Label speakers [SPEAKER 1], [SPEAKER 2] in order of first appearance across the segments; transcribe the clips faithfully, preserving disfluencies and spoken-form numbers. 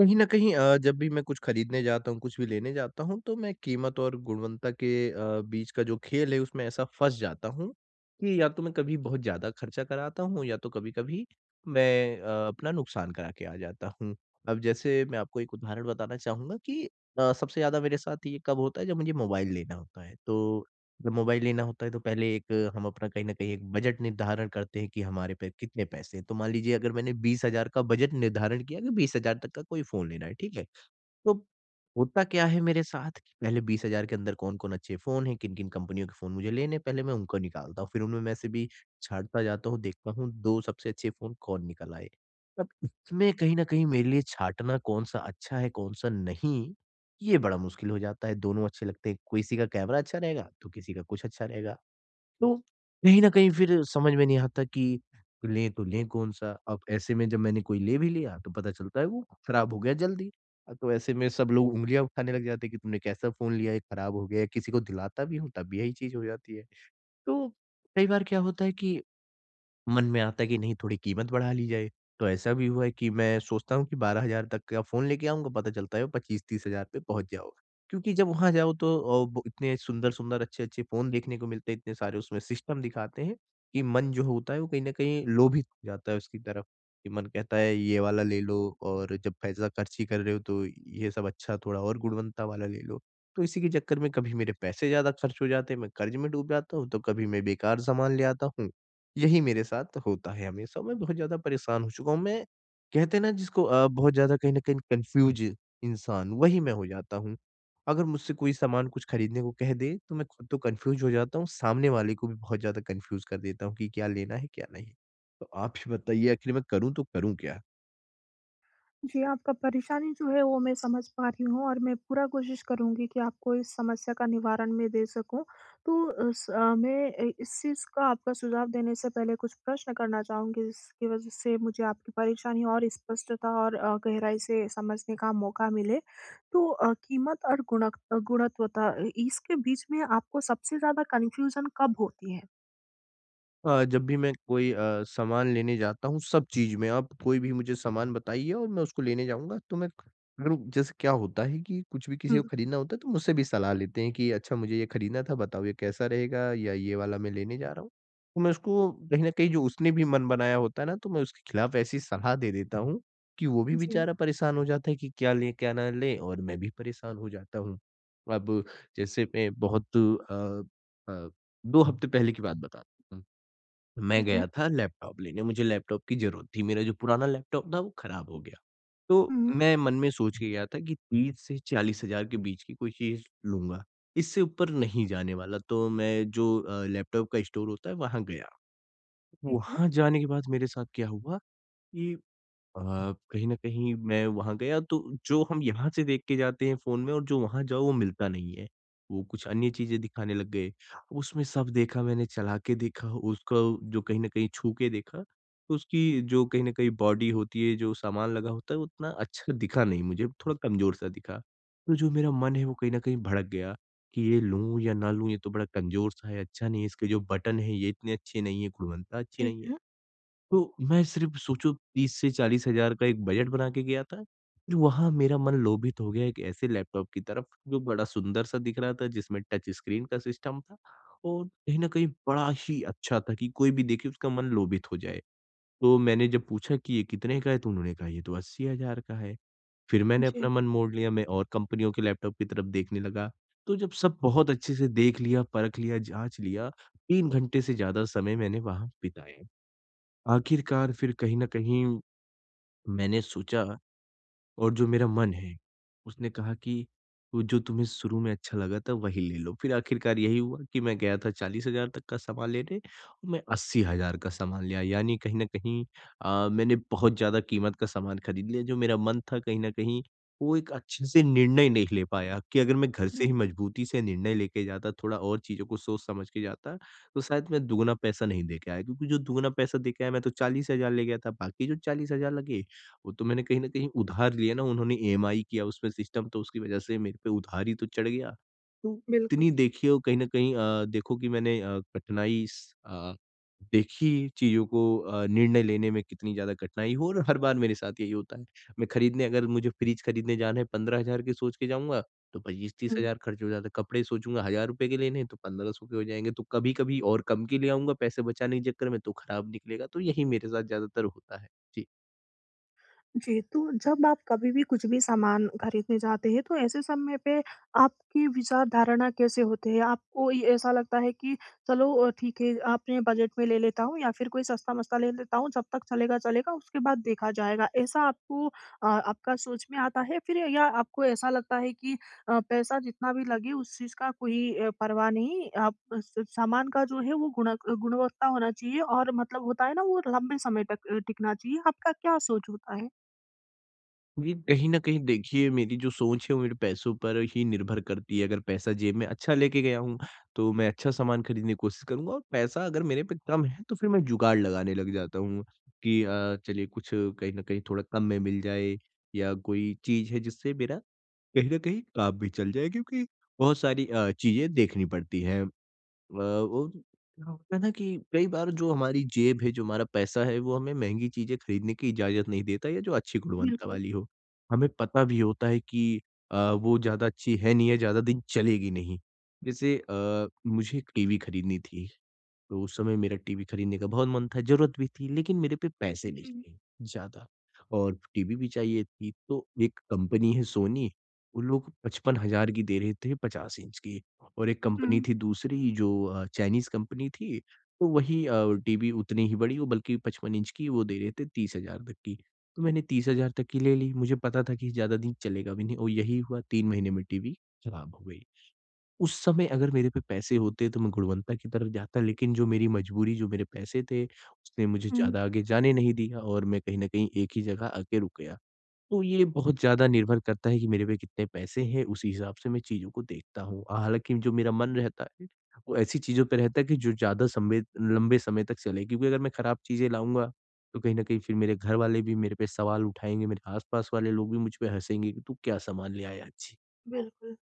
[SPEAKER 1] कहीं न कहीं अ, जब भी मैं कुछ खरीदने जाता हूँ, कुछ भी लेने जाता हूँ, तो मैं कीमत और गुणवत्ता के अ, बीच का जो खेल है, उसमें ऐसा फँस जाता हूँ कि या तो मैं कभी बहुत ज़्यादा खर्चा कराता हूँ या तो कभी-कभी मैं अ, अपना नुकसान करा के आ जाता हूँ। अब जैसे मैं आपको एक उदाहरण बताना चाहूँगा कि अ, सबसे ज़्यादा मेरे साथ ये कब होता है, जब मुझे मोबाइल लेना होता है। तो जब मोबाइल लेना होता है तो पहले एक हम अपना कहीं न कहीं एक बजट निर्धारण करते हैं कि हमारे पे कितने पैसे हैं। तो मान लीजिए अगर मैंने बीस हज़ार का बजट निर्धारण किया कि बीस हज़ार तक का कोई फ़ोन लेना है, ठीक है? तो होता क्या है मेरे साथ कि पहले बीस हज़ार के अंदर कौन-कौन अच्छे फ़ोन हैं, किन-किन कंपनियों के फ़ोन मुझे लेने हैं, पहले मैं उनको निकालता हूँ। फिर उनमें मैं से भी छाँटता जाता हूँ, देखता हूँ दो सबसे अच्छे फ़ोन कौन निकल आए। अब इसमें कहीं न कहीं मेरे लिए छाँटना कौन-सा अच्छा है, कौन-सा नहीं, ये बड़ा मुश्किल हो जाता है। दोनों अच्छे लगते हैं, किसी का कैमरा अच्छा रहेगा, तो किसी का कुछ अच्छा रहेगा। तो कहीं न कहीं फिर समझ में नहीं आता कि लें तो लें कौन-सा? अब ऐसे में जब मैंने कोई ले भी लिया तो पता चलता है वो खराब हो गया जल्दी। अ, तो ऐसे में सब लोग उँगलियाँ उठाने लग जाते हैं कि तुमने कैसा फ़ोन लिया है, खराब हो गया है। किसी को दिलाता भी हूँ तब भी यही चीज़ हो जाती है। तो कई बार क्या होता है कि मन में आता है कि नहीं थोड़ी कीमत बढ़ा ली जाए। तो ऐसा भी हुआ है कि मैं सोचता हूँ कि बारह हज़ार तक का फ़ोन लेके आऊँगा, पता चलता है वो पच्चीस तीस हज़ार पे पहुँच जाओ। क्योंकि जब वहाँ जाओ तो अ, ब इतने सुंदर-सुंदर, अच्छे-अच्छे फ़ोन देखने को मिलते हैं, इतने सारे उसमें सिस्टम दिखाते हैं कि मन जो होता है वो कहीं न कहीं लोभित हो जाता है उसकी तरफ, कि मन कहता है ये वाला ले लो और जब पैसा खर्च ही कर रहे हो तो ये सब अच्छा थोड़ा और गुणवत्ता वाला ले लो। तो इसी के चक्कर में कभी मेरे पैसे ज़्यादा खर्च हो जाते हैं, मैं कर्ज़ में डूब जाता हूँ, तो कभी मैं बेकार सामान ले आता हूँ। यही मेरे साथ होता है हमेशा, मैं बहुत ज़्यादा परेशान हो चुका हूँ। मैं कहते हैं ना जिसको अ, बहुत ज़्यादा कहीं न कहीं कन्फ्यूज़ इंसान, वही मैं हो जाता हूँ। अगर मुझसे कोई सामान कुछ खरीदने को कह दे, तो मैं खुद तो कन्फ्यूज़ हो जाता हूँ, सामने वाले को भी बहुत ज़्यादा कन्फ्यूज़ कर देता हूँ कि क्या लेना है, क्या नहीं। तो आप ही बताइए आखिर मैं करूँ तो करूँ क्या?
[SPEAKER 2] जी, आपका परेशानी जो है वो मैं समझ पा रही हूँ और मैं पूरा कोशिश करूँगी कि आपको इस समस्या का निवारण मैं दे सकूँ। तो अ, स अ, मैं अ, इस चीज़ का आपका सुझाव देने से पहले कुछ प्रश्न करना चाहूँगी जिसकी वजह से मुझे आपकी परेशानी और स्पष्टता और अ, गहराई से समझने का मौका मिले। तो अ, कीमत और गुणक अ, गुणवत्ता अ, इसके बीच में आपको सबसे ज़्यादा कन्फ्यूज़न कब होती है?
[SPEAKER 1] अ, जब भी मैं कोई अ, सामान लेने जाता हूँ सब चीज़ में, आप कोई भी मुझे सामान बताइए और मैं उसको लेने जाऊँगा तो मैं अगर जैसे क्या होता है कि कुछ भी किसी
[SPEAKER 2] हुँ।
[SPEAKER 1] को खरीदना होता है तो मुझसे भी सलाह लेते हैं कि अच्छा मुझे ये खरीदना था बताओ ये कैसा रहेगा या ये वाला मैं लेने जा रहा हूँ। तो मैं उसको कहीं न कहीं जो उसने भी मन बनाया होता है ना तो मैं उसके खिलाफ ऐसी सलाह दे देता हूँ कि वो भी
[SPEAKER 2] जी,
[SPEAKER 1] बेचारा परेशान हो जाता है कि क्या लें, क्या ना लें और मैं भी परेशान हो जाता हूँ। अब जैसे मैं बहुत अ अ, दो हफ्ते पहले की बात बताता हूँ। मैं
[SPEAKER 2] ठीक है।
[SPEAKER 1] गया था लैपटॉप लेने, मुझे लैपटॉप की ज़रूरत थी, मेरा जो पुराना लैपटॉप था वो खराब हो गया। तो
[SPEAKER 2] हुँ,
[SPEAKER 1] मैं मन में सोच के गया था कि तीस से चालीस हज़ार के बीच की कोई चीज़ लूँगा, इससे ऊपर नहीं जाने वाला। तो मैं जो अ, लैपटॉप का स्टोर होता है वहाँ गया,
[SPEAKER 2] ठीक है,
[SPEAKER 1] वहाँ जाने के बाद मेरे साथ क्या हुआ कि अ, कहीं न कहीं मैं वहाँ गया तो जो हम यहाँ से देख के जाते हैं फ़ोन में और जो वहाँ जाओ वो मिलता नहीं है। वो कुछ अन्य चीज़ें दिखाने लग गए। उसमें सब देखा मैंने चला के देखा उसका जो कहीं न कहीं छू के देखा, तो उसकी जो कहीं न कहीं बॉडी होती है, जो सामान लगा होता है उतना अच्छा दिखा नहीं मुझे, थोड़ा कमज़ोर-सा दिखा। तो जो मेरा मन है वो कहीं न कहीं भड़क गया कि ये लूँ या ना लूँ, ये तो बड़ा कमज़ोर-सा है, अच्छा नहीं है, इसके जो बटन हैं ये इतने अच्छे नहीं हैं, गुणवत्ता अच्छी
[SPEAKER 2] ठीक
[SPEAKER 1] नहीं है।
[SPEAKER 2] है।
[SPEAKER 1] तो मैं सिर्फ़ सोचो तीस से चालीस हज़ार का एक बजट बना के गया था। फिर वहाँ मेरा मन लोभित हो गया एक ऐसे लैपटॉप की तरफ जो बड़ा सुंदर-सा दिख रहा था जिसमें टच स्क्रीन का सिस्टम था और कहीं न कहीं बड़ा ही अच्छा था कि कोई भी देखे उसका मन लोभित हो जाए। तो मैंने जब पूछा कि ये कितने का है? तो उन्होंने कहा ये तो अस्सी हज़ार का है। फिर मैंने
[SPEAKER 2] जी।
[SPEAKER 1] अपना मन मोड़ लिया, मैं और कंपनियों के लैपटॉप की तरफ देखने लगा। तो जब सब बहुत अच्छे से देख लिया, परख लिया, जाँच लिया, तीन घंटे से ज़्यादा समय मैंने वहाँ बिताया। आखिरकार फिर कहीं न कहीं मैंने सोचा और जो मेरा मन है, उसने कहा कि वो जो तुम्हें शुरू में अच्छा लगा था वही ले लो। फिर आखिरकार यही हुआ कि मैं गया था चालीस हज़ार तक का सामान लेने और मैं अस्सी हज़ार का सामान ले आया। यानी कहीं न कहीं अ, मैंने बहुत ज़्यादा कीमत का सामान खरीद लिया जो मेरा मन था कहीं न कहीं वो एक अच्छे से निर्णय नहीं ले पाया कि अगर मैं घर से
[SPEAKER 2] हुँ,
[SPEAKER 1] ही मजबूती से निर्णय लेके जाता, थोड़ा और चीज़ों को सोच समझ के जाता, तो शायद मैं दुगना पैसा नहीं दे के आया क्योंकि जो दुगना पैसा दे के आया मैं तो चालीस हज़ार ले गया था, बाकी जो चालीस हज़ार लगे वो तो मैंने कहीं न कहीं उधार लिया ना, उन्होंने ई एम आई किया उसमें सिस्टम तो उसकी वज़ह से मेरे पे उधार ही तो चढ़ गया। तो
[SPEAKER 2] बिल्कुल।
[SPEAKER 1] इतनी देखिए और कहीं न कहीं अ, देखो कि मैंने अ, कठिनाई स अ, देखी चीज़ों को अ, निर्णय लेने में कितनी ज़्यादा कठिनाई हो और हर बार मेरे साथ यही होता है। मैं खरीदने अगर मुझे फ्रिज खरीदने जाना है पंद्रह हज़ार की सोच के जाऊँगा, तो
[SPEAKER 2] हुँ।
[SPEAKER 1] पच्चीस तीस हज़ार खर्च हो जाता है। कपड़े सोचूँगा ₹हज़ार रुपए के लेने हैं, तो पंद्रह सौ के हो जाएँगे। तो कभी-कभी और कम के ले आऊँगा पैसे बचाने के चक्कर में, तो खराब निकलेगा। तो यही मेरे साथ ज़्यादातर होता है। जी।
[SPEAKER 2] जी, तो जब आप कभी भी कुछ भी सामान खरीदने जाते हैं, तो ऐसे समय पे आपकी विचार धारणा कैसे होते हैं? आपको ये ऐसा लगता है कि चलो अ, ठीक है, आपने बजट में ले लेता हूँ या फिर कोई सस्ता-मस्ता ले लेता हूँ, जब तक चलेगा, चलेगा, उसके बाद देखा जाएगा। ऐसा आपको अ, आपका सोच में आता है फिर या आपको ऐसा लगता है कि अ, पैसा जितना भी लगे उस चीज़ का कोई अ, परवाह नहीं, आप स सामान का जो है वो गुणक गुणवत्ता होना चाहिए और मतलब होता है ना, वो लंबे समय तक अ, टिकना चाहिए। आपका क्या सोच होता है?
[SPEAKER 1] ये कहीं न कहीं देखिए मेरी जो सोच है वो मेरे पैसों पर ही निर्भर करती है। अगर पैसा जेब में अच्छा लेके गया हूँ, तो मैं अच्छा सामान खरीदने की कोशिश करूँगा और पैसा अगर मेरे पे कम है तो फिर मैं जुगाड़ लगाने लग जाता हूँ कि अ, चलिए कुछ कहीं न कहीं थोड़ा कम में मिल जाए या कोई चीज़ है जिससे मेरा कहीं न कहीं काम भी चल जाए क्योंकि बहुत सारी अ, चीज़ें देखनी पड़ती हैं। अ, वो क्या होता है ना कि कई बार जो हमारी जेब है, जो हमारा पैसा है, वो हमें महँगी चीज़ें खरीदने की इजाज़त नहीं देता या जो अच्छी गुणवत्ता
[SPEAKER 2] बिल्कुल,
[SPEAKER 1] वाली हो। हमें पता भी होता है कि अ, वो ज़्यादा अच्छी है नहीं है, ज़्यादा दिन चलेगी नहीं। जैसे अ, मुझे एक टीवी खरीदनी थी। तो उस समय मेरा टीवी खरीदने का बहुत मन था, ज़रूरत भी थी, लेकिन मेरे पे पैसे नहीं
[SPEAKER 2] जी।
[SPEAKER 1] थे ज़्यादा और टीवी भी चाहिए थी। तो एक कंपनी है सोनी, वो लोग पचपन हज़ार की दे रहे थे पचास इंच की और एक कंपनी
[SPEAKER 2] हुँ,
[SPEAKER 1] थी दूसरी जो अ, चाइनीज़ कंपनी थी, तो वही अ, टीवी उतनी ही बड़ी, वो बल्कि पचपन इंच की वो दे रहे थे तीस हज़ार तक की। तो मैंने तीस हज़ार तक की ले ली, मुझे पता था कि ज़्यादा दिन चलेगा भी नहीं और यही हुआ तीन महीने में टीवी खराब हो गई। उस समय अगर मेरे पे पैसे होते तो मैं गुणवत्ता की तरफ जाता लेकिन जो मेरी मजबूरी, जो मेरे पैसे थे, उसने मुझे
[SPEAKER 2] हुँ।
[SPEAKER 1] ज़्यादा आगे जाने नहीं दिया और मैं कहीं न कहीं एक ही जगह आके रुक गया। तो ये बहुत ज़्यादा निर्भर करता है कि मेरे पे कितने पैसे हैं, उसी हिसाब से मैं चीज़ों को देखता हूँ। हालाँकि जो मेरा मन रहता है, वो ऐसी चीज़ों पे रहता है कि जो ज़्यादा समय लंबे समय तक चले क्योंकि अगर मैं खराब चीज़ें लाऊँगा, तो कहीं न कहीं फिर मेरे घर वाले भी मेरे पे सवाल उठाएँगे, मेरे आस-पास वाले लोग भी मुझ पे हँसेंगे कि तू क्या सामान ले आया? छी!
[SPEAKER 2] बिल्कुल।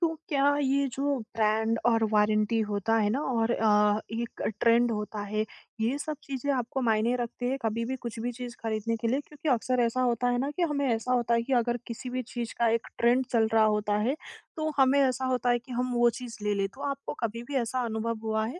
[SPEAKER 2] तो क्या ये जो ब्रांड और वारंटी होता है ना और अ, एक ट्रेंड होता है, ये सब चीज़ें आपको मायने रखती है कभी भी कुछ भी चीज़ खरीदने के लिए? क्योंकि अक्सर ऐसा होता है ना कि हमें ऐसा होता है कि अगर किसी भी चीज़ का एक ट्रेंड चल रहा होता है, तो हमें ऐसा होता है कि हम वो चीज़ ले लें। तो आपको कभी भी ऐसा अनुभव हुआ है?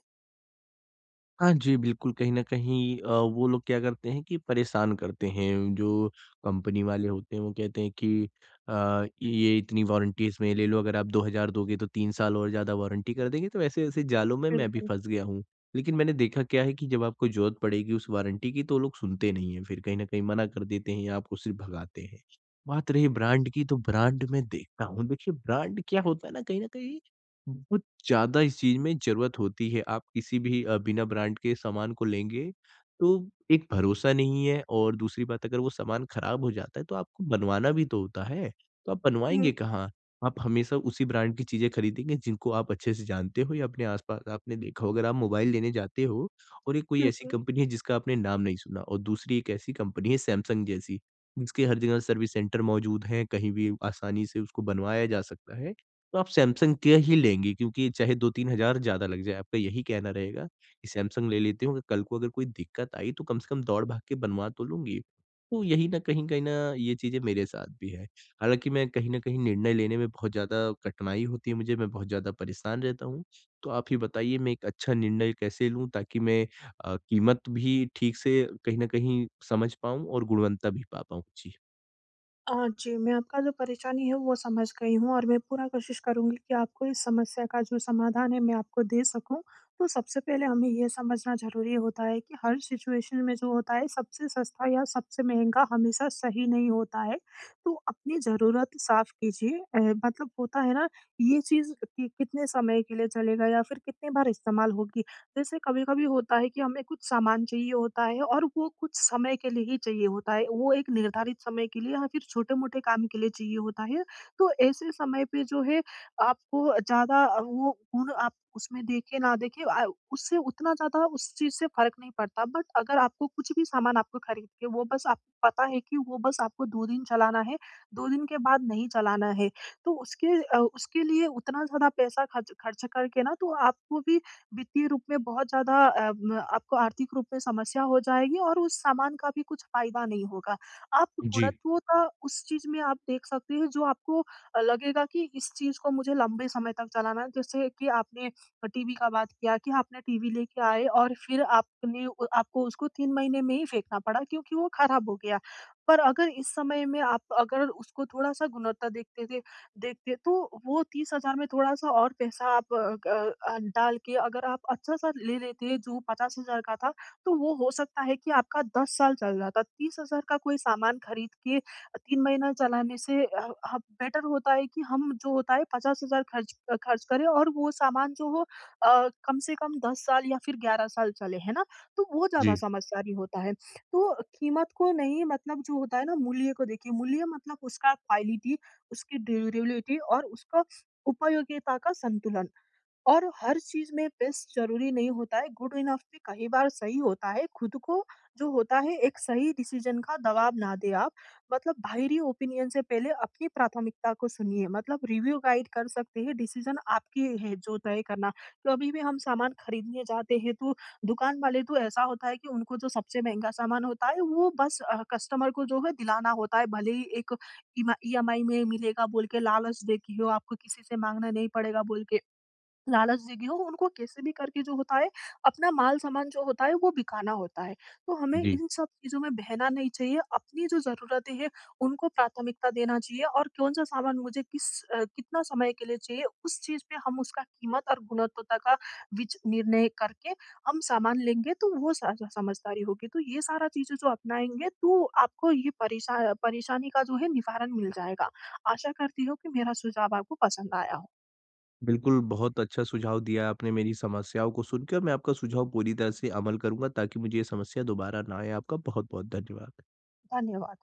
[SPEAKER 1] हाँ जी, बिल्कुल, कहीं न कहीं अ, वो लोग क्या करते हैं कि परेशान करते हैं, जो कंपनी वाले होते हैं वो कहते हैं कि अ, ये इतनी वारंटी इसमें ले लो, अगर आप दो हज़ार दोगे तो तीन साल और ज़्यादा वारंटी कर देंगे, तो ऐसे-ऐसे जालों में मैं भी
[SPEAKER 2] बिल्कुल।
[SPEAKER 1] फँस गया हूँ। लेकिन मैंने देखा क्या है कि जब आपको ज़रूरत पड़ेगी उस वारंटी की तो वो लोग सुनते नहीं हैं, फिर कहीं न कहीं मना कर देते हैं या आपको सिर्फ़ भगाते हैं। बात रही ब्रांड की, तो ब्रांड मैं देखता हूँ, देखिए ब्रांड क्या होता है ना, कहीं न कहीं ज़्यादा इस चीज़ में ज़रूरत होती है। आप किसी भी अ, बिना ब्रांड के सामान को लेंगे, तो एक भरोसा नहीं है और दूसरी बात अगर वो सामान खराब हो जाता है, तो आपको बनवाना भी तो होता है। तो आप
[SPEAKER 2] हुँ,
[SPEAKER 1] बनवाएँगे कहाँ? आप हमेशा उसी ब्रांड की चीज़ें खरीदेंगे जिनको आप अच्छे से जानते हो या अपने आस-पास आपने देखा हो। अगर आप मोबाइल लेने जाते हो और ये कोई ऐसी
[SPEAKER 2] बिल्कुल।
[SPEAKER 1] कंपनी है जिसका आपने नाम नहीं सुना और दूसरी एक ऐसी कंपनी है सैमसंग जैसी, जिसके हर जगह सर्विस सेंटर मौजूद हैं, कहीं भी आसानी से उसको बनवाया जा सकता है। तो आप सैमसंग के ही लेंगी क्योंकि चाहे दो तीन हज़ार ज़्यादा लग जाए, आपका यही कहना रहेगा कि सैमसंग ले लेती हूँ, अगर कल को अगर कोई दिक्कत आई तो कम से कम दौड़ भाग के बनवा तो लूँगी। तो यही ना कहीं कहीं ना ये चीज़ें मेरे साथ भी है। हालाँकि मैं कहीं न कहीं निर्णय लेने में बहुत ज़्यादा कठिनाई होती है मुझे, मैं बहुत ज़्यादा परेशान रहता हूँ। तो आप ही बताइए मैं एक अच्छा निर्णय कैसे लूँ ताकि मैं अ, कीमत भी ठीक से कहीं न कहीं समझ पाऊँ और गुणवत्ता भी पा पाऊँ? जी।
[SPEAKER 2] अ, जी, मैं आपका जो परेशानी है वो समझ गई हूँ और मैं पूरा कोशिश करूँगी कि आपको इस समस्या का जो समाधान है मैं आपको दे सकूँ। तो सबसे पहले हमें ये समझना ज़रूरी होता है कि हर सिचुएशन में जो होता है सबसे सस्ता या सबसे महँगा हमेशा सही नहीं होता है। तो अपनी ज़रूरत साफ़ कीजिए अ, मतलब होता है ना ये चीज़ कि कितने समय के लिए चलेगा या फिर कितनी बार इस्तेमाल होगी। जैसे कभी-कभी होता है कि हमें कुछ सामान चाहिए होता है और वो कुछ समय के लिए ही चाहिए होता है। वो एक निर्धारित समय के लिए या फिर छोटे-मोटे काम के लिए चाहिए होता है। तो ऐसे समय पे जो है आपको ज़्यादा अ, वो गुण आप उसमें देखें ना देखें अ, उससे उतना ज़्यादा उस चीज़ से फ़र्क नहीं पड़ता। बट अगर आपको कुछ भी सामान आपको खरीद के वो बस आपको पता है कि वो बस आपको दो दिन चलाना है, दो दिन के बाद नहीं चलाना है। तो उसके अ, उसके लिए उतना ज़्यादा पैसा खर्च खर्च करके ना तो आपको भी वित्तीय रूप में बहुत ज़्यादा अ, म आपको आर्थिक रूप में समस्या हो जाएगी और उस सामान का भी कुछ फ़ायदा नहीं होगा। आप
[SPEAKER 1] जी,
[SPEAKER 2] गुणत्वता उस चीज़ में आप देख सकते हैं जो आपको अ, लगेगा कि इस चीज़ को मुझे लंबे समय तक चलाना है। जैसे कि आपने अ, टी वी का बात किया कि आपने टी वी लेके आए और फिर आपने उ आपको उसको तीन महीने में ही फेंकना पड़ा क्योंकि वो खराब हो गया। पर अगर इस समय में आप अगर उसको थोड़ा-सा गुणवत्ता देखते थे देखिए, तो वो तीस हज़ार में थोड़ा-सा और पैसा आप अ ग- अ, डाल के अगर आप अच्छा-सा ले लेते जो पचास हज़ार का था, तो वो हो सकता है कि आपका दस साल चल जाता। तीस हज़ार का कोई सामान खरीद के तीन महीना चलाने से अ, ह बेटर होता है कि हम जो होता है पचास हज़ार खर्च अ, खर्च करें और वो सामान जो हो अ, कम से कम दस साल या फिर ग्यारह साल चले, है ना? तो वो ज़्यादा
[SPEAKER 1] जी,
[SPEAKER 2] समझदारी होता है। तो कीमत को नहीं मतलब जो होता है ना मूल्य को देखिए, मूल्य मतलब उसका क्वालिटी उसकी ड्यूरेबिलिटी और उसका उपयोगिता का संतुलन। और हर चीज़ में बेस्ट ज़रूरी नहीं होता है, गुड इनफ भी कई बार सही होता है। खुद को जो होता है एक सही डिसीज़न का दबाव ना दें आप। मतलब बाहरी ओपिनियन से पहले अपनी प्राथमिकता को सुनिए। मतलब रिव्यू गाइड कर सकते हैं, डिसीज़न आपकी है जो तय करना। कभी भी हम सामान खरीदने जाते हैं तो दुकान वाले तो ऐसा होता है कि उनको जो सबसे महँगा सामान होता है वो बस अ, कस्टमर को जो है दिलाना होता है। भले ही एक ईमा ई एम आई में मिलेगा बोल के लालच देके हो, आपको किसी से माँगना नहीं पड़ेगा बोल के। लालच देगी हो, उनको कैसे भी करके जो होता है, अपना माल-सामान जो होता है वो बिकाना होता है। तो हमें
[SPEAKER 1] जी।
[SPEAKER 2] इन सब चीज़ों में बहना नहीं चाहिए, अपनी जो ज़रूरतें हैं उनको प्राथमिकता देना चाहिए और कौन-सा सामान मुझे किस अ, कितना समय के लिए चाहिए उस चीज़ पे हम उसका कीमत और गुणवत्ता का विच निर्णय करके हम सामान लेंगे तो वो स समझदारी होगी। तो ये सारा चीज़ें जो अपनाएँगे तो आपको ये परेशा परेशानी का जो है निवारण मिल जाएगा। आशा करती हूँ कि मेरा सुझाव आपको पसंद आया हो।
[SPEAKER 1] बिल्कुल, बहुत अच्छा सुझाव दिया आपने मेरी समस्याओं को सुनकर, मैं आपका सुझाव पूरी तरह से अमल करूँगा ताकि मुझे ये समस्या दोबारा ना आए। आपका बहुत-बहुत धन्यवाद।
[SPEAKER 2] धन्यवाद।